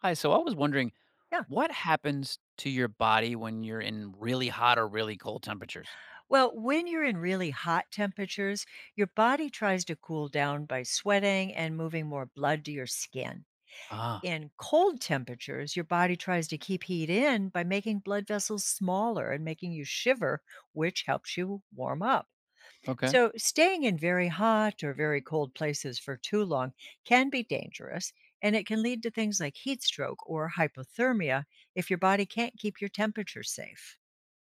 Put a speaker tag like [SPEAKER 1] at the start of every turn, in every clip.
[SPEAKER 1] Hi, so I was wondering
[SPEAKER 2] Yeah.
[SPEAKER 1] what happens to your body when you're in really hot or really cold temperatures?
[SPEAKER 2] Well, when you're in really hot temperatures, your body tries to cool down by sweating and moving more blood to your skin.
[SPEAKER 1] Ah,
[SPEAKER 2] In cold temperatures, your body tries to keep heat in by making blood vessels smaller and making you shiver, which helps you warm up.
[SPEAKER 1] okay.
[SPEAKER 2] So, staying in very hot or very cold places for too long can be dangerous, and it can lead to things like heat stroke or hypothermia if your body can't keep your temperature safe.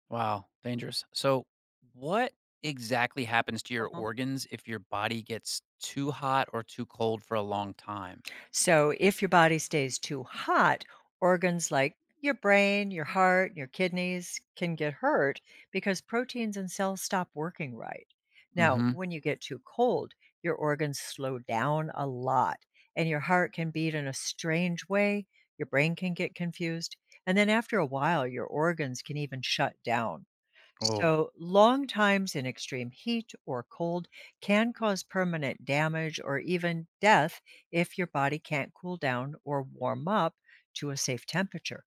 [SPEAKER 1] Wow, dangerous. So, what exactly happens to your organs if your body gets too hot or too cold for a long time?
[SPEAKER 2] So if your body stays too hot, organs like your brain, your heart, your kidneys can get hurt because proteins and cells stop working right. Now,
[SPEAKER 1] Mm-hmm.
[SPEAKER 2] when you get too cold, your organs slow down a lot and your heart can beat in a strange way. Your brain can get confused. And then after a while, your organs can even shut down.
[SPEAKER 1] Oh,
[SPEAKER 2] So, long times in extreme heat or cold can cause permanent damage or even death if your body can't cool down or warm up to a safe temperature.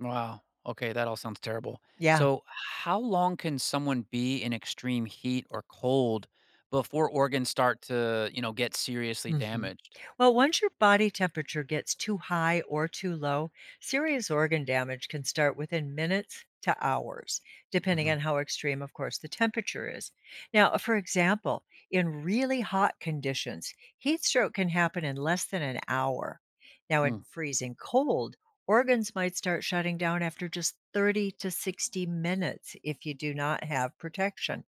[SPEAKER 1] wow. Okay, that all sounds terrible.
[SPEAKER 2] Yeah.
[SPEAKER 1] So, how long can someone be in extreme heat or cold before organs start to, get seriously
[SPEAKER 2] Mhm.
[SPEAKER 1] damaged?
[SPEAKER 2] Well, once your body temperature gets too high or too low, serious organ damage can start within minutes to hours, depending
[SPEAKER 1] Mm-hmm.
[SPEAKER 2] on how extreme, of course, the temperature is. Now, for example, in really hot conditions, heat stroke can happen in less than an hour. Now, in
[SPEAKER 1] Mm.
[SPEAKER 2] freezing cold, organs might start shutting down after just 30 to 60 minutes if you do not have protection.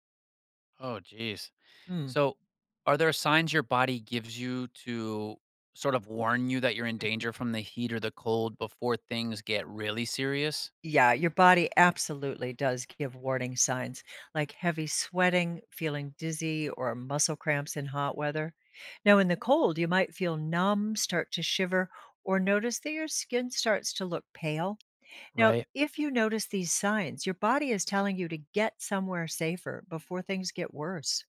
[SPEAKER 1] Oh, geez. So, are there signs your body gives you to sort of warn you that you're in
[SPEAKER 2] Mm.
[SPEAKER 1] danger from the heat or the cold before things get really serious?
[SPEAKER 2] Yeah, your body absolutely does give warning signs like heavy sweating, feeling dizzy, or muscle cramps in hot weather. Now, in the cold, you might feel numb, start to shiver, or notice that your skin starts to look pale. Now,
[SPEAKER 1] Right.
[SPEAKER 2] if you notice these signs, your body is telling you to get somewhere safer before things get worse.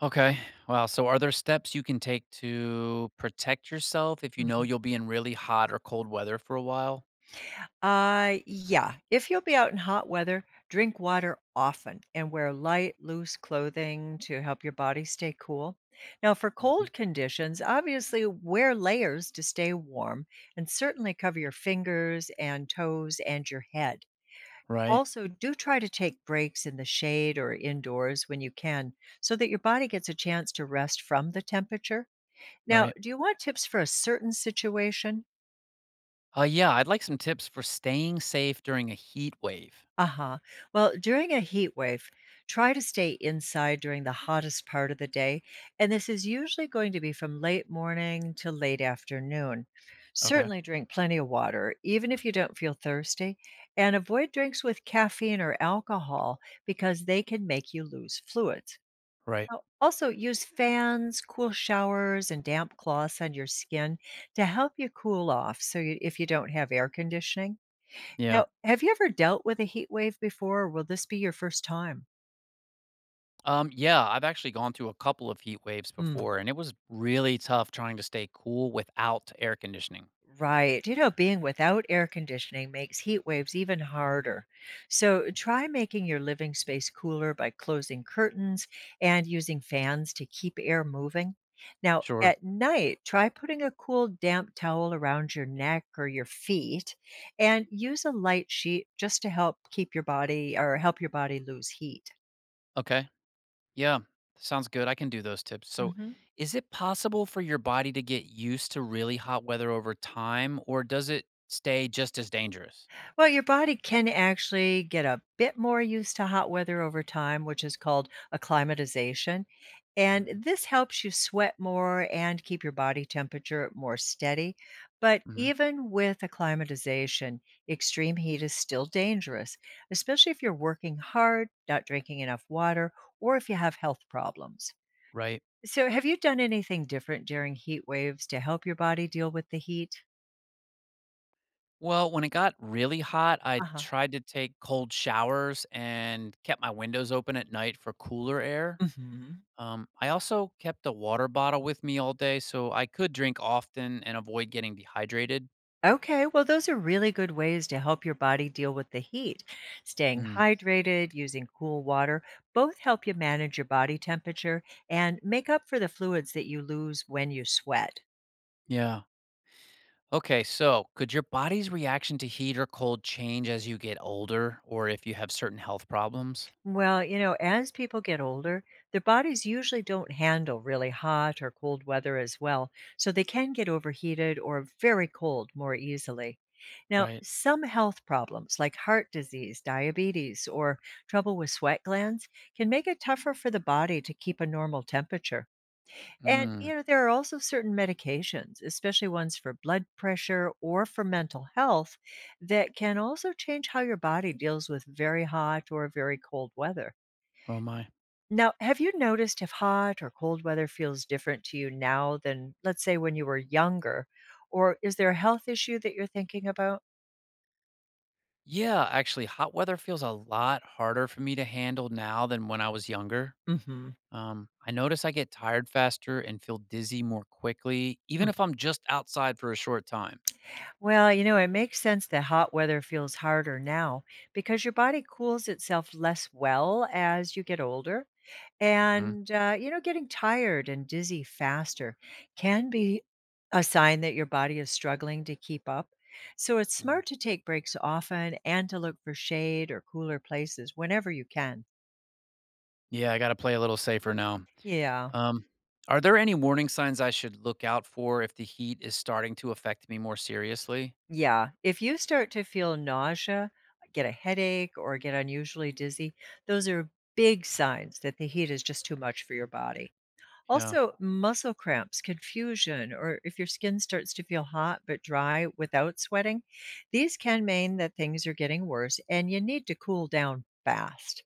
[SPEAKER 1] Okay. Well, so are there steps you can take to protect yourself if you
[SPEAKER 2] Mm-hmm.
[SPEAKER 1] know you'll be in really hot or cold weather for a while?
[SPEAKER 2] Yeah. If you'll be out in hot weather, drink water often and wear light, loose clothing to help your body stay cool. Now, for
[SPEAKER 1] Hmm.
[SPEAKER 2] cold conditions, obviously wear layers to stay warm and certainly cover your fingers and toes and your head.
[SPEAKER 1] Right.
[SPEAKER 2] Also, do try to take breaks in the shade or indoors when you can so that your body gets a chance to rest from the temperature. Now,
[SPEAKER 1] Right.
[SPEAKER 2] do you want tips for a certain situation?
[SPEAKER 1] Yeah, I'd like some tips for staying safe during a heat wave.
[SPEAKER 2] Uh-huh. Well, during a heat wave, try to stay inside during the hottest part of the day, and this is usually going to be from late morning to late afternoon.
[SPEAKER 1] Okay.
[SPEAKER 2] Certainly drink plenty of water, even if you don't feel thirsty, and avoid drinks with caffeine or alcohol because they can make you lose fluids.
[SPEAKER 1] Right.
[SPEAKER 2] Now, also, use fans, cool showers, and damp cloths on your skin to help you cool off so you, if you don't have air conditioning.
[SPEAKER 1] Yeah.
[SPEAKER 2] Now, have you ever dealt with a heat wave before, or will this be your first time?
[SPEAKER 1] Yeah, I've actually gone through a couple of heat waves
[SPEAKER 2] Mm.
[SPEAKER 1] before, and it was really tough trying to stay cool without air conditioning.
[SPEAKER 2] Right. You know, being without air conditioning makes heat waves even harder. So try making your living space cooler by closing curtains and using fans to keep air moving. Now,
[SPEAKER 1] Sure.
[SPEAKER 2] at night, try putting a cool, damp towel around your neck or your feet and use a light sheet just to help keep your body or help your body lose heat.
[SPEAKER 1] Okay. Yeah, sounds good. I can do those tips. So,
[SPEAKER 2] Mhm.
[SPEAKER 1] is it possible for your body to get used to really hot weather over time, or does it stay just as dangerous?
[SPEAKER 2] Well, your body can actually get a bit more used to hot weather over time, which is called acclimatization. And
[SPEAKER 1] Hmm.
[SPEAKER 2] this helps you sweat more and keep your body temperature more steady. But
[SPEAKER 1] Hmm.
[SPEAKER 2] even with acclimatization, extreme heat is still dangerous, especially if you're working hard, not drinking enough water, or if you have health problems.
[SPEAKER 1] Right.
[SPEAKER 2] So, have you done anything different during heat waves to help your body deal with the heat?
[SPEAKER 1] Well, when it got really hot, I
[SPEAKER 2] Uh huh.
[SPEAKER 1] tried to take cold showers and kept my windows open at night for cooler air.
[SPEAKER 2] Hmm.
[SPEAKER 1] I also kept a water bottle with me all day so I could drink often and avoid getting dehydrated.
[SPEAKER 2] Okay, well, those are really good ways to help your body deal with the heat. Staying
[SPEAKER 1] Mm,
[SPEAKER 2] hydrated, using cool water, both help you manage your body temperature and make up for the fluids that you lose when you sweat.
[SPEAKER 1] yeah. Okay, so could your body's reaction to heat or cold change as you get older or if you have certain health problems?
[SPEAKER 2] Well, you know, as people get older, their bodies usually don't handle really hot or cold weather as well, so they can get overheated or very cold more easily. Now,
[SPEAKER 1] Right.
[SPEAKER 2] some health problems like heart disease, diabetes, or trouble with sweat glands can make it tougher for the body to keep a normal temperature. And,
[SPEAKER 1] Mm,
[SPEAKER 2] you know, there are also certain medications, especially ones for blood pressure or for mental health, that can also change how your body deals with very hot or very cold weather.
[SPEAKER 1] oh, my.
[SPEAKER 2] Now, have you noticed if hot or cold weather feels different to you now than, let's say, when you were younger? Or is there a health issue that you're thinking about?
[SPEAKER 1] Yeah, actually, hot weather feels a lot harder for me to handle now than when I was younger.
[SPEAKER 2] Mhm.
[SPEAKER 1] I notice I get tired faster and feel dizzy more quickly,
[SPEAKER 2] Hmm.
[SPEAKER 1] even if I'm just outside for a short time.
[SPEAKER 2] Well, you know, it makes sense that hot weather feels harder now because your body cools itself less well as you get older.
[SPEAKER 1] Hmm.
[SPEAKER 2] And, you know, getting tired and dizzy faster can be a sign that your body is struggling to keep up. So it's smart to take breaks often and to look for shade or cooler places whenever you can.
[SPEAKER 1] Yeah, I gotta play a little safer now.
[SPEAKER 2] Yeah.
[SPEAKER 1] Um, are there any warning signs I should look out for if the heat is starting to affect me more seriously?
[SPEAKER 2] Yeah. If you start to feel nausea, get a headache, or get unusually dizzy, those are big signs that the heat is just too much for your body.
[SPEAKER 1] Yeah,
[SPEAKER 2] Also, muscle cramps, confusion, or if your skin starts to feel hot but dry without sweating, these can mean that things are getting worse and you need to cool down fast.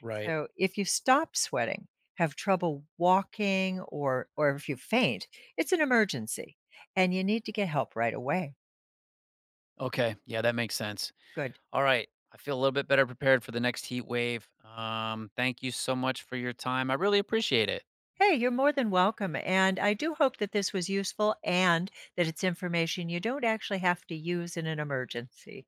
[SPEAKER 1] right.
[SPEAKER 2] So, if you stop sweating, have trouble walking, or if you faint, it's an emergency and you need to get help right away.
[SPEAKER 1] Okay. Yeah, that makes sense.
[SPEAKER 2] Good.
[SPEAKER 1] All right. I feel a little bit better prepared for the next heat wave. Thank you so much for your time. I really appreciate it.
[SPEAKER 2] Hey, you're more than welcome. And I do hope that this was useful and that it's information you don't actually have to use in an emergency.